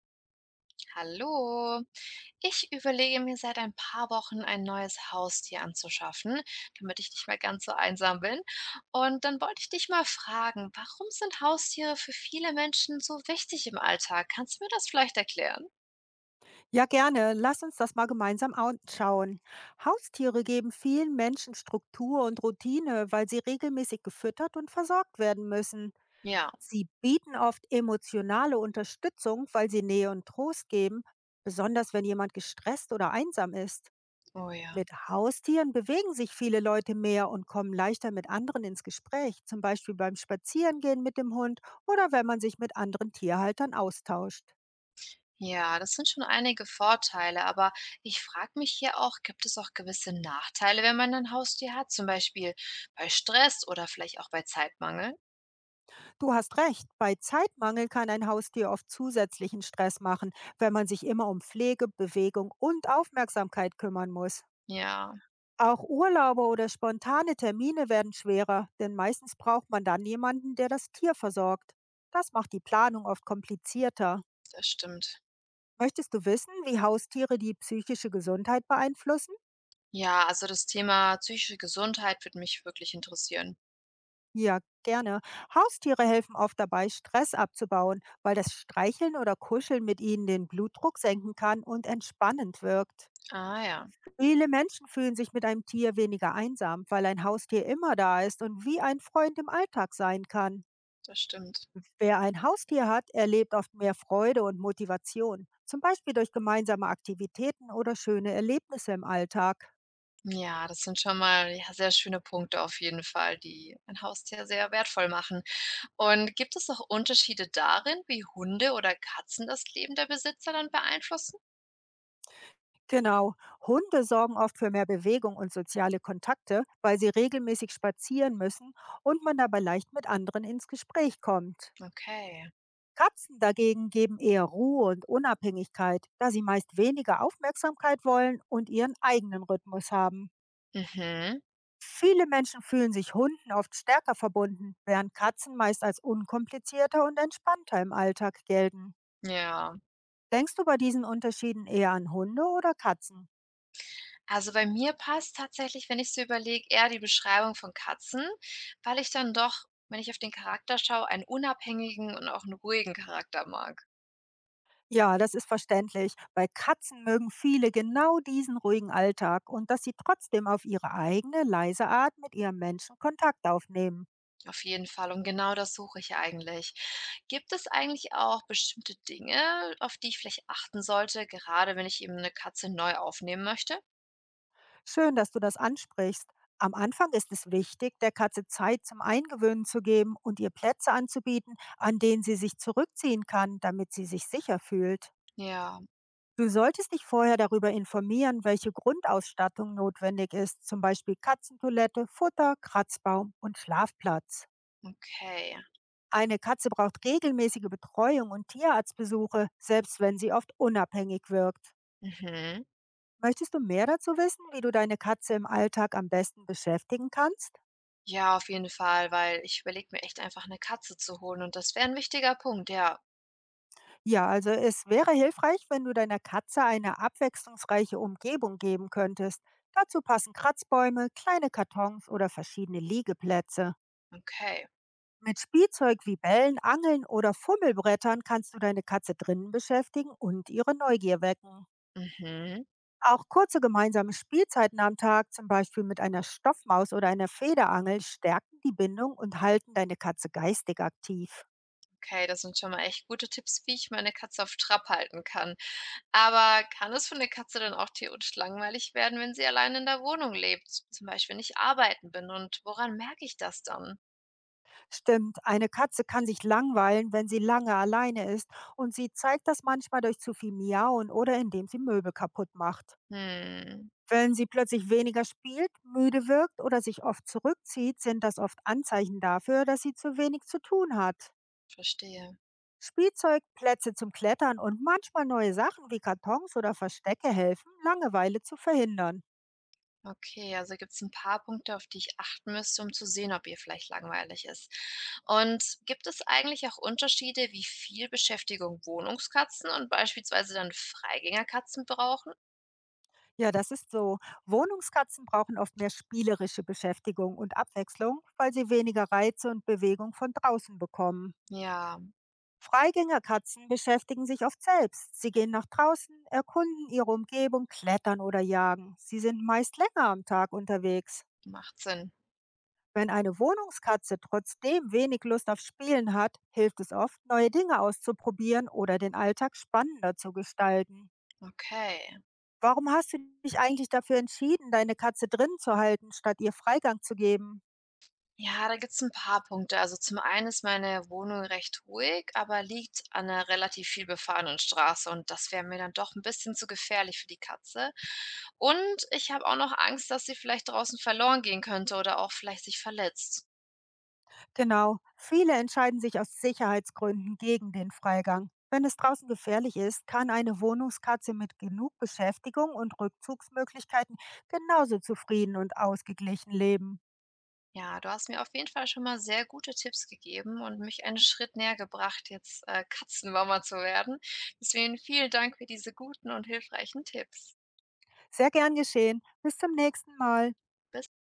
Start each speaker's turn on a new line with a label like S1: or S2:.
S1: Hallo. Ich überlege mir seit ein paar Wochen ein neues Haustier anzuschaffen, damit ich nicht mehr ganz so einsam bin. Und dann wollte ich dich mal fragen, warum sind Haustiere für viele Menschen so wichtig im Alltag? Kannst du mir das vielleicht erklären?
S2: Ja, gerne. Lass uns das mal gemeinsam anschauen. Haustiere geben vielen Menschen Struktur und Routine, weil sie regelmäßig gefüttert und versorgt werden müssen.
S1: Ja,
S2: Sie bieten oft emotionale Unterstützung, weil sie Nähe und Trost geben, besonders wenn jemand gestresst oder einsam ist.
S1: oh ja.
S2: Mit Haustieren bewegen sich viele Leute mehr und kommen leichter mit anderen ins Gespräch, zum Beispiel beim Spazierengehen mit dem Hund oder wenn man sich mit anderen Tierhaltern austauscht.
S1: Ja, das sind schon einige Vorteile, aber ich frage mich hier auch, gibt es auch gewisse Nachteile, wenn man ein Haustier hat, zum Beispiel bei Stress oder vielleicht auch bei Zeitmangel?
S2: Du hast recht, bei Zeitmangel kann ein Haustier oft zusätzlichen Stress machen, wenn man sich immer um Pflege, Bewegung und Aufmerksamkeit kümmern muss.
S1: Ja,
S2: Auch Urlaube oder spontane Termine werden schwerer, denn meistens braucht man dann jemanden, der das Tier versorgt. Das macht die Planung oft komplizierter.
S1: das stimmt.
S2: Möchtest du wissen, wie Haustiere die psychische Gesundheit beeinflussen?
S1: Ja, also das Thema psychische Gesundheit würde mich wirklich interessieren.
S2: Ja, gerne. Haustiere helfen oft dabei, Stress abzubauen, weil das Streicheln oder Kuscheln mit ihnen den Blutdruck senken kann und entspannend wirkt.
S1: Ah ja,
S2: Viele Menschen fühlen sich mit einem Tier weniger einsam, weil ein Haustier immer da ist und wie ein Freund im Alltag sein kann.
S1: das stimmt.
S2: Wer ein Haustier hat, erlebt oft mehr Freude und Motivation, zum Beispiel durch gemeinsame Aktivitäten oder schöne Erlebnisse im Alltag.
S1: Ja, das sind schon mal, ja, sehr schöne Punkte auf jeden Fall, die ein Haustier sehr wertvoll machen. Und gibt es auch Unterschiede darin, wie Hunde oder Katzen das Leben der Besitzer dann beeinflussen?
S2: Genau. Hunde sorgen oft für mehr Bewegung und soziale Kontakte, weil sie regelmäßig spazieren müssen und man dabei leicht mit anderen ins Gespräch kommt.
S1: Okay.
S2: Katzen dagegen geben eher Ruhe und Unabhängigkeit, da sie meist weniger Aufmerksamkeit wollen und ihren eigenen Rhythmus haben.
S1: Mhm.
S2: Viele Menschen fühlen sich Hunden oft stärker verbunden, während Katzen meist als unkomplizierter und entspannter im Alltag gelten.
S1: Ja.
S2: Denkst du bei diesen Unterschieden eher an Hunde oder Katzen?
S1: Also bei mir passt tatsächlich, wenn ich so überlege, eher die Beschreibung von Katzen, weil ich dann doch, wenn ich auf den Charakter schaue, einen unabhängigen und auch einen ruhigen Charakter mag.
S2: Ja, das ist verständlich. Bei Katzen mögen viele genau diesen ruhigen Alltag und dass sie trotzdem auf ihre eigene leise Art mit ihrem Menschen Kontakt aufnehmen.
S1: Auf jeden Fall und genau das suche ich ja eigentlich. Gibt es eigentlich auch bestimmte Dinge, auf die ich vielleicht achten sollte, gerade wenn ich eben eine Katze neu aufnehmen möchte?
S2: Schön, dass du das ansprichst. Am Anfang ist es wichtig, der Katze Zeit zum Eingewöhnen zu geben und ihr Plätze anzubieten, an denen sie sich zurückziehen kann, damit sie sich sicher fühlt.
S1: Ja,
S2: Du solltest dich vorher darüber informieren, welche Grundausstattung notwendig ist, zum Beispiel Katzentoilette, Futter, Kratzbaum und Schlafplatz.
S1: okay.
S2: Eine Katze braucht regelmäßige Betreuung und Tierarztbesuche, selbst wenn sie oft unabhängig wirkt.
S1: Mhm.
S2: Möchtest du mehr dazu wissen, wie du deine Katze im Alltag am besten beschäftigen kannst?
S1: Ja, auf jeden Fall, weil ich überlege mir echt einfach eine Katze zu holen und das wäre ein wichtiger Punkt, ja.
S2: Ja, also es wäre hilfreich, wenn du deiner Katze eine abwechslungsreiche Umgebung geben könntest. Dazu passen Kratzbäume, kleine Kartons oder verschiedene Liegeplätze.
S1: Okay.
S2: Mit Spielzeug wie Bällen, Angeln oder Fummelbrettern kannst du deine Katze drinnen beschäftigen und ihre Neugier wecken.
S1: Mhm.
S2: Auch kurze gemeinsame Spielzeiten am Tag, zum Beispiel mit einer Stoffmaus oder einer Federangel, stärken die Bindung und halten deine Katze geistig aktiv.
S1: Okay, das sind schon mal echt gute Tipps, wie ich meine Katze auf Trab halten kann. Aber kann es für 'ne Katze dann auch theoretisch langweilig werden, wenn sie allein in der Wohnung lebt, zum Beispiel wenn ich arbeiten bin und woran merke ich das dann?
S2: Stimmt, eine Katze kann sich langweilen, wenn sie lange alleine ist und sie zeigt das manchmal durch zu viel Miauen oder indem sie Möbel kaputt macht.
S1: Hm,
S2: Wenn sie plötzlich weniger spielt, müde wirkt oder sich oft zurückzieht, sind das oft Anzeichen dafür, dass sie zu wenig zu tun hat.
S1: verstehe.
S2: Spielzeug, Plätze zum Klettern und manchmal neue Sachen wie Kartons oder Verstecke helfen, Langeweile zu verhindern.
S1: Okay, also gibt es ein paar Punkte, auf die ich achten müsste, um zu sehen, ob ihr vielleicht langweilig ist. Und gibt es eigentlich auch Unterschiede, wie viel Beschäftigung Wohnungskatzen und beispielsweise dann Freigängerkatzen brauchen?
S2: Ja, das ist so. Wohnungskatzen brauchen oft mehr spielerische Beschäftigung und Abwechslung, weil sie weniger Reize und Bewegung von draußen bekommen.
S1: Ja,
S2: Freigängerkatzen beschäftigen sich oft selbst. Sie gehen nach draußen, erkunden ihre Umgebung, klettern oder jagen. Sie sind meist länger am Tag unterwegs.
S1: macht Sinn.
S2: Wenn eine Wohnungskatze trotzdem wenig Lust auf Spielen hat, hilft es oft, neue Dinge auszuprobieren oder den Alltag spannender zu gestalten.
S1: Okay.
S2: Warum hast du dich eigentlich dafür entschieden, deine Katze drin zu halten, statt ihr Freigang zu geben?
S1: Ja, da gibt's ein paar Punkte. Also, zum einen ist meine Wohnung recht ruhig, aber liegt an einer relativ viel befahrenen Straße und das wäre mir dann doch ein bisschen zu gefährlich für die Katze. Und ich habe auch noch Angst, dass sie vielleicht draußen verloren gehen könnte oder auch vielleicht sich verletzt.
S2: Genau, viele entscheiden sich aus Sicherheitsgründen gegen den Freigang. Wenn es draußen gefährlich ist, kann eine Wohnungskatze mit genug Beschäftigung und Rückzugsmöglichkeiten genauso zufrieden und ausgeglichen leben.
S1: Ja, du hast mir auf jeden Fall schon mal sehr gute Tipps gegeben und mich einen Schritt näher gebracht, jetzt, Katzenmama zu werden. Deswegen vielen Dank für diese guten und hilfreichen Tipps.
S2: Sehr gern geschehen. Bis zum nächsten Mal.
S1: Bis